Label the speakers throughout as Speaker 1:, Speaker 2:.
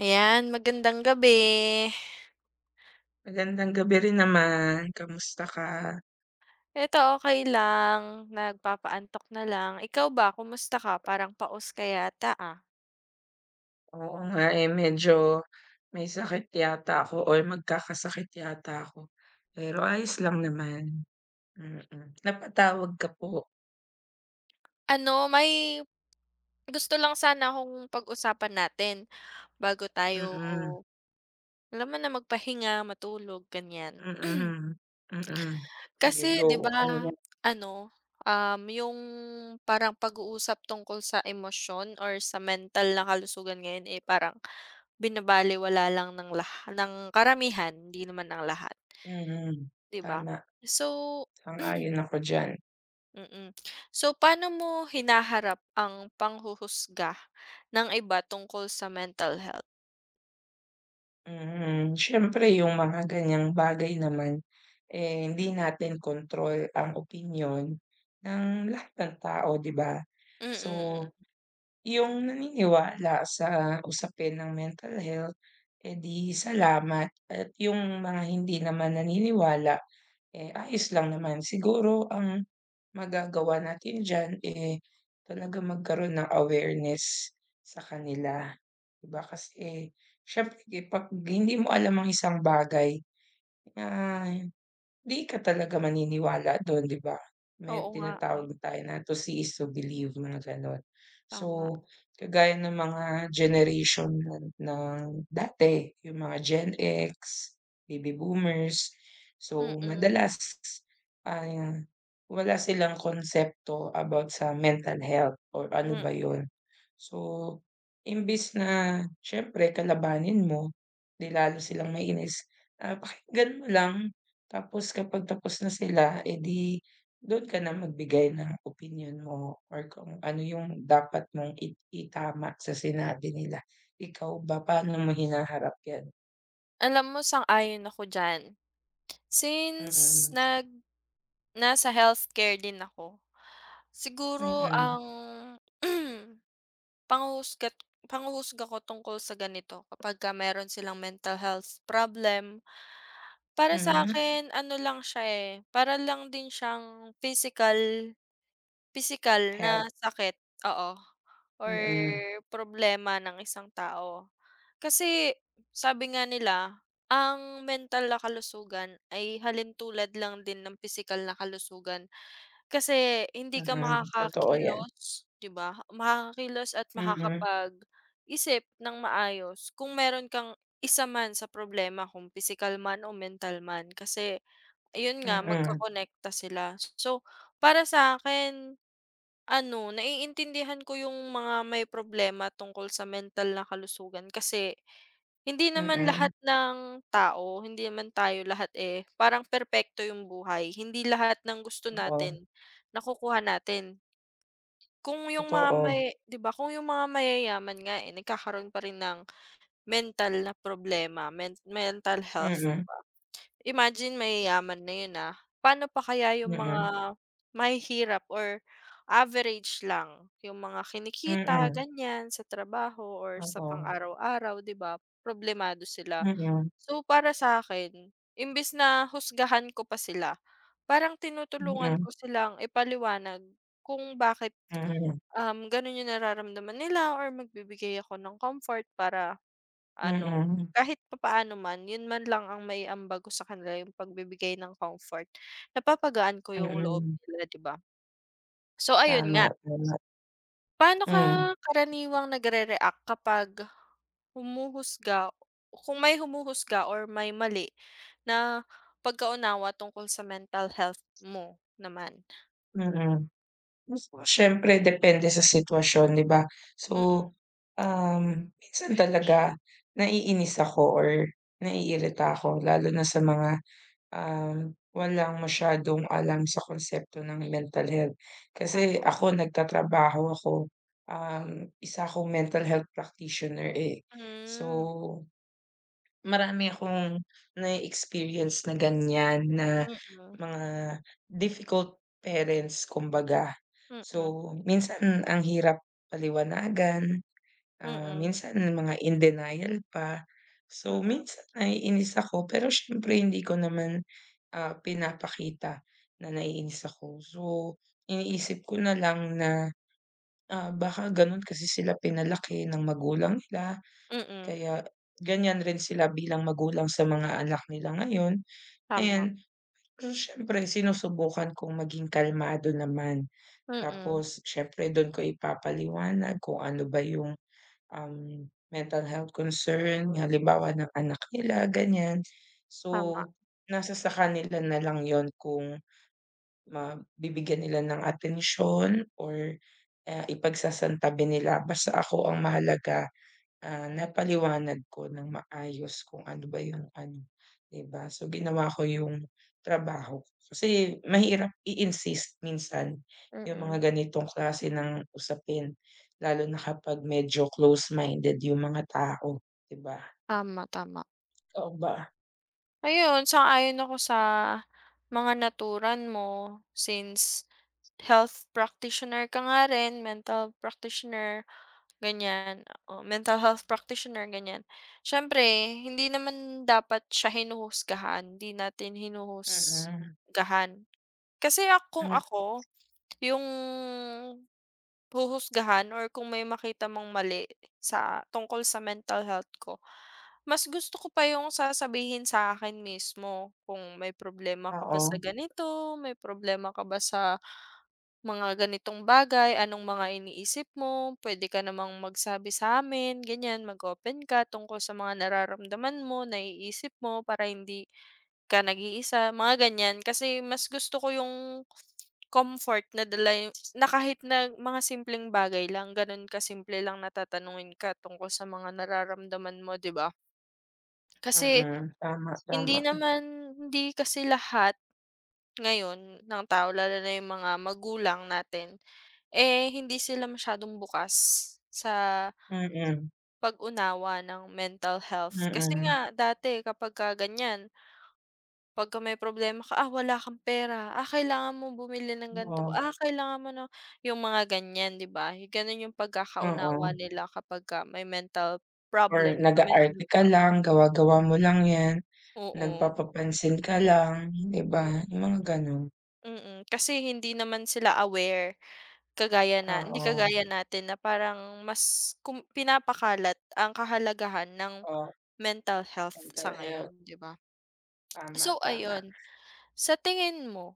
Speaker 1: Ayan, magandang gabi.
Speaker 2: Magandang gabi rin naman, kamusta ka?
Speaker 1: Eto okey lang, nagpapaantok na lang. Ikaw ba, kumusta ka? Parang paos ka yata, ah.
Speaker 2: Oo nga, eh, medyo may sakit yata ako or magkakasakit yata ako, pero ayos lang naman, mm. Napatawag ka po,
Speaker 1: Ano, may gusto lang sana akong pag-usapan natin bago tayo,
Speaker 2: mm,
Speaker 1: alam mo na, magpahinga, matulog, ganyan.
Speaker 2: mm, mm. Sige
Speaker 1: Kasi
Speaker 2: go,
Speaker 1: 'di
Speaker 2: ano
Speaker 1: ba,
Speaker 2: yan,
Speaker 1: ano, yung parang pag-uusap tungkol sa emosyon or sa mental na kalusugan ngayon, eh, parang binabalewala lang ng lah ng karamihan, hindi naman ng lahat.
Speaker 2: mm,
Speaker 1: 'Di ba?
Speaker 2: tama,
Speaker 1: So
Speaker 2: sang-ayon ako diyan,
Speaker 1: mm. So, paano mo hinaharap ang panghuhusga ng iba tungkol sa mental health?
Speaker 2: mm. Siyempre yung mga ganyang bagay naman, eh, hindi natin control ang opinyon ng lahat ng tao, 'di ba?
Speaker 1: Mm,
Speaker 2: So,
Speaker 1: mm.
Speaker 2: yung naniniwala sa usapin ng mental health, eh, di salamat at yung mga hindi naman naniniwala, eh, ayos lang naman. Siguro ang magagawa natin diyan, eh, talaga magkaroon ng awareness sa kanila, 'di ba? Kasi siyempre pag hindi mo alam ang isang bagay na di ka talaga maniniwala dun, 'di ba? May
Speaker 1: Oo nga, eh,
Speaker 2: tinatawag tayo na to see is to believe, mga gano'n.
Speaker 1: tama.
Speaker 2: So, kagaya ng mga generation ng dati, yung mga Gen X, baby boomers. So,
Speaker 1: Mm,
Speaker 2: madalas, ah, wala silang konsepto about sa mental health or ano ba
Speaker 1: mm.
Speaker 2: yun. So, imbis na siyempre kalabanin mo, 'di lalo silang mainis, pakinggan mo lang. Tapos kapag tapos na sila, edi di ka na magbigay ng opinyon mo or kung ano yung dapat mong itama sa sinabi nila. Ikaw ba, paano mo hinaharap yan?
Speaker 1: Alam mo, sang-ayon ako diyan. Since
Speaker 2: Mm,
Speaker 1: nasa healthcare din ako, siguro
Speaker 2: mm,
Speaker 1: ang panghuhusgat panghuhusga ko tungkol sa ganito kapagka meron silang mental health problem. Para sa
Speaker 2: mhm,
Speaker 1: akin ano lang siya, eh, para lang din siyang physical pisikal na
Speaker 2: help,
Speaker 1: sakit, oo, or
Speaker 2: mm,
Speaker 1: problema ng isang tao. Kasi sabi nga nila, ang mental na kalusugan ay halintulad lang din ng pisikal na kalusugan. Kasi hindi ka, mm,
Speaker 2: mm, totoo yan.
Speaker 1: makakakilos, 'di ba? Makakakilos at
Speaker 2: Mm,
Speaker 1: makakapag-isip ng maayos kung meron kang isa man sa problema kung pisikal man o mental man kasi ayun nga,
Speaker 2: mm,
Speaker 1: magkakonekta sila. So, para sa akin, ano, naiintindihan ko yung mga may problema tungkol sa mental na kalusugan kasi hindi naman
Speaker 2: mm,
Speaker 1: lahat ng tao, hindi naman tayo lahat, eh, parang perpekto yung buhay. Hindi lahat ng gusto
Speaker 2: oo,
Speaker 1: natin nakukuha natin. Kung yung mga
Speaker 2: totoo,
Speaker 1: may 'Di ba, kung yung mga mayayaman nga, eh, nagkakaroon pa rin ng mental na problema, mental health, 'di
Speaker 2: mm,
Speaker 1: ba? Imagine mayayaman na yun, ah, paano pa kaya yung mga
Speaker 2: mm,
Speaker 1: mahihirap or average lang, yung mga kinikita,
Speaker 2: mm,
Speaker 1: ganyan, sa trabaho or sa
Speaker 2: oo,
Speaker 1: pang-araw-araw, 'di ba? Problemado sila.
Speaker 2: mm,
Speaker 1: So, para sa akin imbes na husgahan ko pa sila, parang tinutulungan
Speaker 2: mm,
Speaker 1: ko silang ipaliwanag kung bakit,
Speaker 2: mm,
Speaker 1: gano'n yung nararamdaman nila or magbibigay ako ng comfort para ano,
Speaker 2: mm,
Speaker 1: kahit papaano man, yun man lang ang maiambag ko sa kanila, yung pagbibigay ng comfort, napapagaan ko yung loob
Speaker 2: mm,
Speaker 1: nila, 'di ba? So, ayun nga.
Speaker 2: tama, tama,
Speaker 1: Paano ka
Speaker 2: hmm.
Speaker 1: karaniwang nagrereact kapag humuhusga, kung may humuhusga or may mali na pagkaunawa tungkol sa mental health mo naman?
Speaker 2: Mm. Mas siyempre depende sa sitwasyon, 'di ba? So,
Speaker 1: Mm,
Speaker 2: um, minsan talaga naiinis ako or naiirita ako lalo na sa mga, walang masyadong alam sa konsepto ng mental health. Kasi
Speaker 1: tama.
Speaker 2: ako nagtatrabaho ako, isa akong mental health practitioner, eh.
Speaker 1: Hmm.
Speaker 2: So, marami akong na experience na ganyan na
Speaker 1: Mm,
Speaker 2: mga difficult parents kumbaga.
Speaker 1: mm, mm,
Speaker 2: So, minsan ang hirap paliwanagan, minsan mga in denial pa. So,
Speaker 1: mm,
Speaker 2: minsan naiinis ako pero siyempre hindi ko naman, pinapakita na naiinis ako. So, iniisip ko na lang na, baka gano'n kasi sila pinalaki ng magulang nila.
Speaker 1: mm,
Speaker 2: Kaya ganyan rin sila bilang magulang sa mga anak nila ngayon,
Speaker 1: tama,
Speaker 2: ayan. Pero siyempre sinusubukan kong maging kalmado naman.
Speaker 1: mm,
Speaker 2: Tapos siyempre don ko ipapaliwanag kung ano ba yung, um, mental health concern halimbawa ng anak nila ganyan.
Speaker 1: tama,
Speaker 2: So, nasa sa kanila na lang yun kung mabibigyan nila ng atensyon or, ipagsasantabi nila basta ako ang mahalaga. Napaliwanag ko ng maayos kung ano ba yung ano, 'di ba? So, ginawa ko yung trabaho ko. Kasi mahirap i-insist minsan yung mga
Speaker 1: mm,
Speaker 2: ganitong klase ng usapin, lalo na kapag medyo close-minded yung mga tao, 'di ba?
Speaker 1: tama, tama.
Speaker 2: Ikaw ba?
Speaker 1: Ayun, sang-ayon ako sa mga naturan mo since health practitioner ka nga rin, mental practitioner. Ganyan, oo, mental health practitioner ganyan. Siyempre hindi naman dapat siya hinuhusgahan, hindi natin
Speaker 2: Mm,
Speaker 1: hinuhusgahan. Kasi kung
Speaker 2: mm,
Speaker 1: ako, yung huhusgahan or kung may makita mang mali sa tungkol sa mental health ko, mas gusto ko pa yung sasabihin sa akin mismo kung, "May problema ka ba sa
Speaker 2: oo,
Speaker 1: ganito? May problema ka ba sa..." Mga ganitong bagay, anong mga iniisip mo, pwede ka namang magsabi sa'min, ganyan, mag-open ka tungkol sa mga nararamdaman mo, naiisip mo, para hindi ka nag-iisa, mga ganyan. Kasi mas gusto ko yung comfort na dala yu na kahit na mga simpleng bagay lang, gano'n kasimple lang na tatanungin ka tungkol sa mga nararamdaman mo, 'di ba? Kasi
Speaker 2: mm, tama,
Speaker 1: hindi
Speaker 2: tama,
Speaker 1: naman hindi kasi lahat ngayon ng tao, lalo na yung mga magulang natin, eh, hindi sila masyadong bukas sa
Speaker 2: mm,
Speaker 1: pag-unawa ng mental health. Kasi
Speaker 2: mm,
Speaker 1: nga dati kapagka ganyan, pagka may problema ka, "Ah, wala kang pera. Ah, kailangan mo bumili ng ganito.
Speaker 2: oo,
Speaker 1: Ah, kailangan mo ng..." yung mga ganyan, 'di ba? Gano'n yung pagkakaunawa
Speaker 2: oo,
Speaker 1: nila kapagka may mental
Speaker 2: or
Speaker 1: problem ka, mental
Speaker 2: nag-aarte
Speaker 1: health
Speaker 2: ka
Speaker 1: prob
Speaker 2: lang, gawa-gawa mo lang 'yan.
Speaker 1: oo,
Speaker 2: Nagpapapansin ka lang, 'di ba? Yung mga gano'n.
Speaker 1: mm, mm. Kasi hindi naman sila aware, kagaya na hindi,
Speaker 2: Oo,
Speaker 1: kagaya natin na parang mas pinapakalat ang kahalagahan ng
Speaker 2: oo,
Speaker 1: mental health sa
Speaker 2: mental health.
Speaker 1: ngayon, 'di ba?
Speaker 2: Tama,
Speaker 1: So,
Speaker 2: tama.
Speaker 1: ayun, sa tingin mo,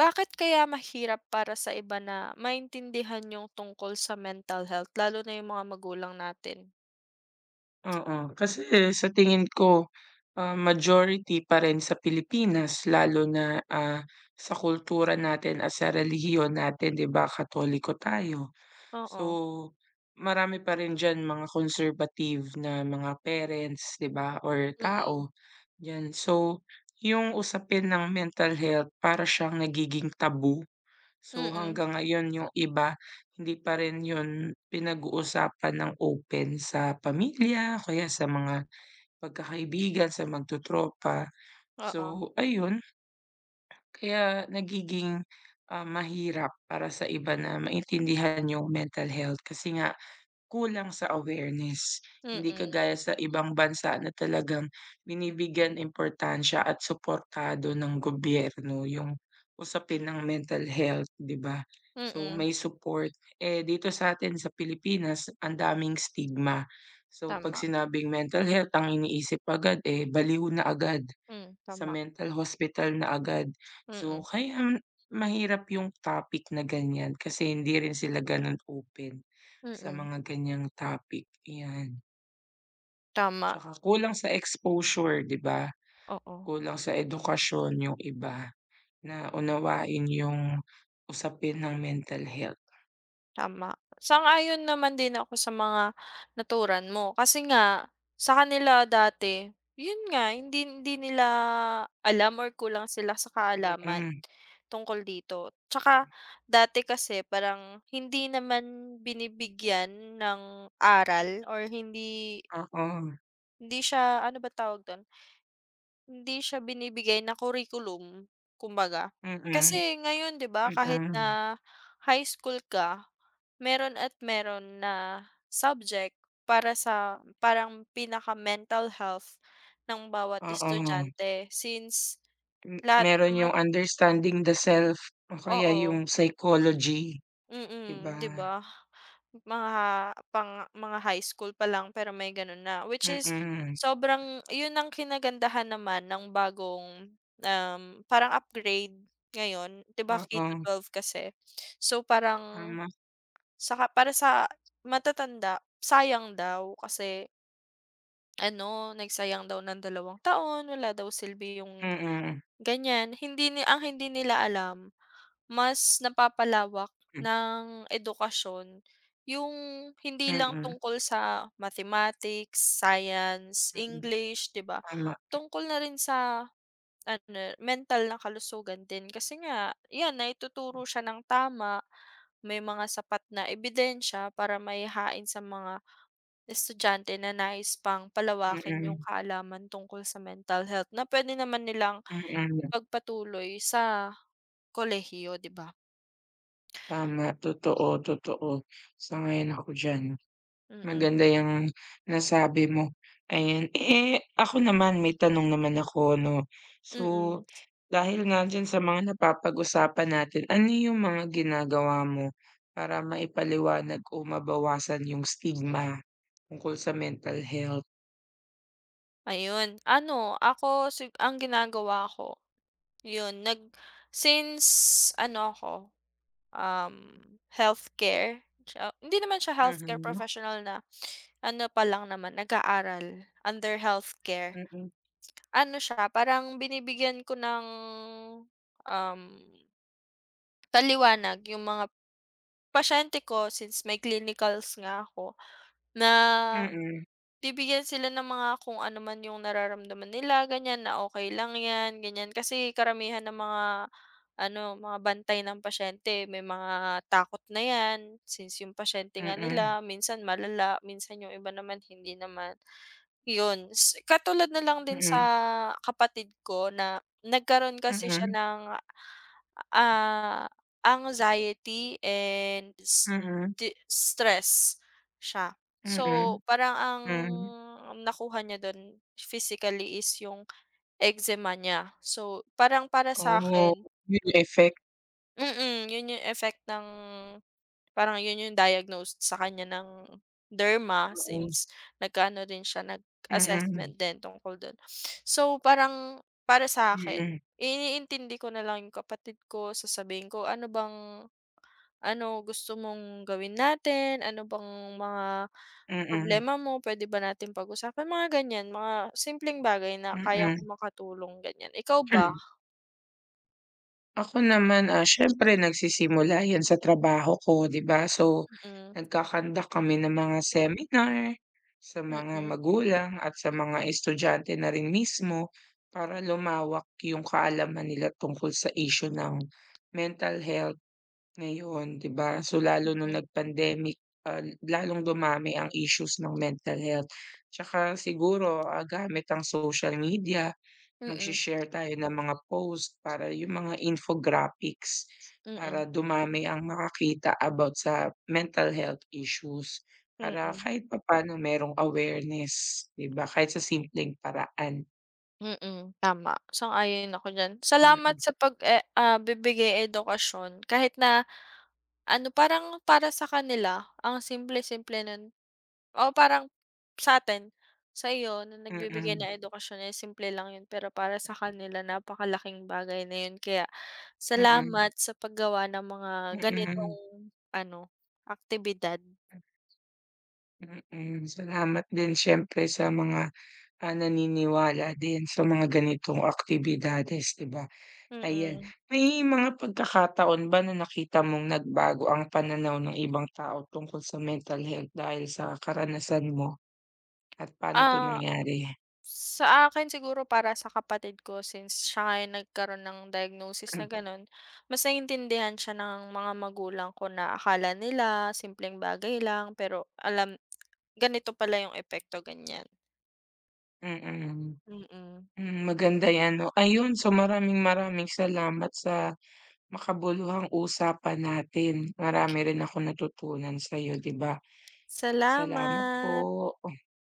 Speaker 1: bakit kaya mahirap para sa iba na maintindihan yung tungkol sa mental health lalo na yung mga magulang natin?
Speaker 2: Oo, kasi sa tingin ko, majority pa rin sa Pilipinas lalo na, sa kultura natin at sa relihiyon natin, 'di ba, Katoliko tayo. So,
Speaker 1: Oo,
Speaker 2: marami pa rin diyan mga conservative na mga parents, 'di ba, or tao,
Speaker 1: mm.
Speaker 2: 'yan. So, yung usapin ng mental health para siyang nagiging taboo. So,
Speaker 1: Mm,
Speaker 2: hanggang ngayon yung iba hindi pa rin yun pinag-uusapan ng open sa pamilya o kaya sa mga magkakaibigan, sa magtotropa.
Speaker 1: oo,
Speaker 2: So, ayun kaya nagiging, mahirap para sa iba na maintindihan yung mental health kasi nga kulang sa awareness, hindi
Speaker 1: mm,
Speaker 2: kagaya sa ibang bansa na talagang binibigyan importansya at suportado ng gobyerno yung usapin ng mental health, 'di ba? So,
Speaker 1: mm,
Speaker 2: may support. Eh, dito sa atin sa Pilipinas ang daming stigma. So, 'pag
Speaker 1: tama.
Speaker 2: sinabing mental health ang iniisip agad, eh, baliw na agad.
Speaker 1: Hmm,
Speaker 2: Sa
Speaker 1: tama,
Speaker 2: mental hospital na agad. So,
Speaker 1: mm,
Speaker 2: kaya mahirap yung topic na ganyan kasi hindi rin sila gano'n open sa
Speaker 1: mm,
Speaker 2: mga ganyang topic, yan.
Speaker 1: tama,
Speaker 2: Tsaka kulang sa exposure, 'di ba?
Speaker 1: oo.
Speaker 2: Kulang sa edukasyon yung iba na unawain yung usapin ng mental health.
Speaker 1: Tama. Sang-ayon naman din ako sa mga naturan mo kasi nga sa kanila dati, yun nga, hindi hindi nila alam or kulang sila sa kaalaman
Speaker 2: Mm,
Speaker 1: tungkol dito. Tsaka dati kasi parang hindi naman binibigyan ng aral or hindi,
Speaker 2: oo.
Speaker 1: siya ano ba tawag dun, hindi siya binibigay na curriculum kumbaga.
Speaker 2: Mm,
Speaker 1: Kasi ngayon 'di ba kahit
Speaker 2: mm.
Speaker 1: na high school ka, meron at meron na subject para sa parang pinaka-mental health ng bawat
Speaker 2: Oo.
Speaker 1: estudyante since
Speaker 2: M
Speaker 1: lahat
Speaker 2: meron
Speaker 1: naman,
Speaker 2: yung understanding the self o kaya
Speaker 1: oo,
Speaker 2: yung psychology, 'di
Speaker 1: mm,
Speaker 2: ba?
Speaker 1: 'di ba? Mga pang mga high school pa lang pero may gano'n na, which is
Speaker 2: Mm,
Speaker 1: sobrang 'yun ang kinagandahan naman ng bagong, um, parang upgrade ngayon, 'di ba, k to
Speaker 2: oo,
Speaker 1: twelve kasi. So, parang
Speaker 2: tama,
Speaker 1: saka para sa matatanda, sayang daw kasi ano, nagsayang daw ng 2 taon, wala daw silbi yung
Speaker 2: mm,
Speaker 1: ganyan. Hindi, ang hindi nila alam, mas napapalawak
Speaker 2: hmm,
Speaker 1: ng edukasyon yung hindi lang
Speaker 2: mm,
Speaker 1: tungkol sa mathematics, science,
Speaker 2: mm,
Speaker 1: English, 'di ba?
Speaker 2: tama,
Speaker 1: Tungkol na rin sa ano, mental na kalusugan din kasi nga 'yan, naituturo siya ng tama, may mga sapat na ebidensya para maihain sa mga estudyante na nais pang palawakin yung
Speaker 2: mm,
Speaker 1: kaalaman tungkol sa mental health na puwede naman nilang
Speaker 2: mm,
Speaker 1: ipagpatuloy sa kolehiyo, 'di ba?
Speaker 2: tama, totoo, totoo, sang-ayon ako diyan.
Speaker 1: Mm,
Speaker 2: Maganda yang nasabi mo, ayan. Eh, ako naman may tanong naman ako 'no. So,
Speaker 1: mm.
Speaker 2: dahil nga diyan sa mga napapag-usapan natin, ano yung mga ginagawa mo para maipaliwanag o mabawasan yung stigma tungkol sa mental health?
Speaker 1: Ayun, ano, ako, ang ginagawa ko, yun nag since ano, ako, um, healthcare siya, hindi naman siya healthcare
Speaker 2: Mhm,
Speaker 1: professional na, ano, pa lang naman, nag-aaral under healthcare.
Speaker 2: mm,
Speaker 1: Ano siya, parang binibigyan ko ng, um paliwanag yung mga pasyente ko since may clinicals nga ako, na
Speaker 2: mm.
Speaker 1: bibigyan sila ng mga kung ano man yung nararamdaman nila ganyan, na okay lang yan, ganyan. Kasi karamihan ng mga ano, mga bantay ng pasyente may mga takot na yan, since yung pasyente nga
Speaker 2: Mm,
Speaker 1: nila minsan malala, minsan yung iba naman hindi naman. Yun, katulad na lang din sa
Speaker 2: mm,
Speaker 1: kapatid ko na nagkaroon kasi siya
Speaker 2: mm,
Speaker 1: ng, ah, anxiety and
Speaker 2: mm,
Speaker 1: di stress siya. So,
Speaker 2: mm,
Speaker 1: parang ang
Speaker 2: hmm,
Speaker 1: nakuha niya dun physically is yung eczema niya. So, parang para
Speaker 2: oo,
Speaker 1: sa'kin,
Speaker 2: yun yung effect,
Speaker 1: mm, yun yung effect ng, parang yun yung diagnosed sa kanya ng derma
Speaker 2: oo,
Speaker 1: since nag rin siya,
Speaker 2: mm,
Speaker 1: nag-assessment din tungkol dun. So, parang para sa akin
Speaker 2: mm,
Speaker 1: iniintindi ko na lang yung kapatid ko, sasabihin ko, "Ano bang... Ano gusto mong gawin natin? Ano bang mga
Speaker 2: mm,
Speaker 1: problema mo? Puwede ba natin pag-usapan?" Mga ganyan, mga simpleng bagay na kaya ko
Speaker 2: mm.
Speaker 1: makatulong, ganyan. Ikaw ba?
Speaker 2: Ako naman, siyempre nagsisimula yan sa trabaho ko, 'di ba? So,
Speaker 1: Mm,
Speaker 2: nagko-conduct kami ng mga seminar sa
Speaker 1: mm,
Speaker 2: mga
Speaker 1: mm,
Speaker 2: magulang at sa mga estudyante na rin mismo para lumawak yung kaalaman nila tungkol sa issue ng mental health. Ngayon, 'di ba? So, lalo nung nag-pandemic, lalong dumami ang issues ng mental health. Tsaka siguro, gamit ang social media,
Speaker 1: mm,
Speaker 2: magse-share tayo ng mga post para yung mga infographics,
Speaker 1: mm,
Speaker 2: para dumami ang makakita about sa mental health issues. Para kahit papaano merong awareness, 'di ba? Kahit sa simpleng paraan.
Speaker 1: mm, mm, tama, sang-ayon ako diyan. Salamat
Speaker 2: Mm,
Speaker 1: sa bibigay edukasyon kahit na ano, parang para sa kanila ang simple-simple nun o parang sa'tin, sa'yo na nagbibigay
Speaker 2: mm,
Speaker 1: ng edukasyon, eh, simple lang yun pero para sa kanila napakalaking bagay na yun, kaya
Speaker 2: mm,
Speaker 1: salamat sa paggawa ng mga
Speaker 2: mm,
Speaker 1: ganitong ano, aktibidad,
Speaker 2: mm, mm. Salamat din siyempre sa mga naniniwala din sa mga ganitong aktibidades, 'di ba? Ayan,
Speaker 1: mm.
Speaker 2: may mga pagkakataon ba na nakita mong nagbago ang pananaw ng ibang tao tungkol sa mental health dahil sa karanasan mo at paano 'to
Speaker 1: Ah,
Speaker 2: nangyari?
Speaker 1: sa akin siguro para sa kapatid ko since siya nga yung nagkaroon ng diagnosis na
Speaker 2: Mm-mm.
Speaker 1: gano'n, mas naintindihan siya ng mga magulang ko na akala nila simpleng bagay lang pero alam, ganito pala yung epekto, ganyan.
Speaker 2: Mm.
Speaker 1: Mm.
Speaker 2: Hmm, maganda 'yan 'no. Ayun, so maraming-maraming salamat sa makabuluhang usapan natin. Marami rin akong natutunan sa'yo, 'di ba? Salamat
Speaker 1: Salamat.
Speaker 2: po.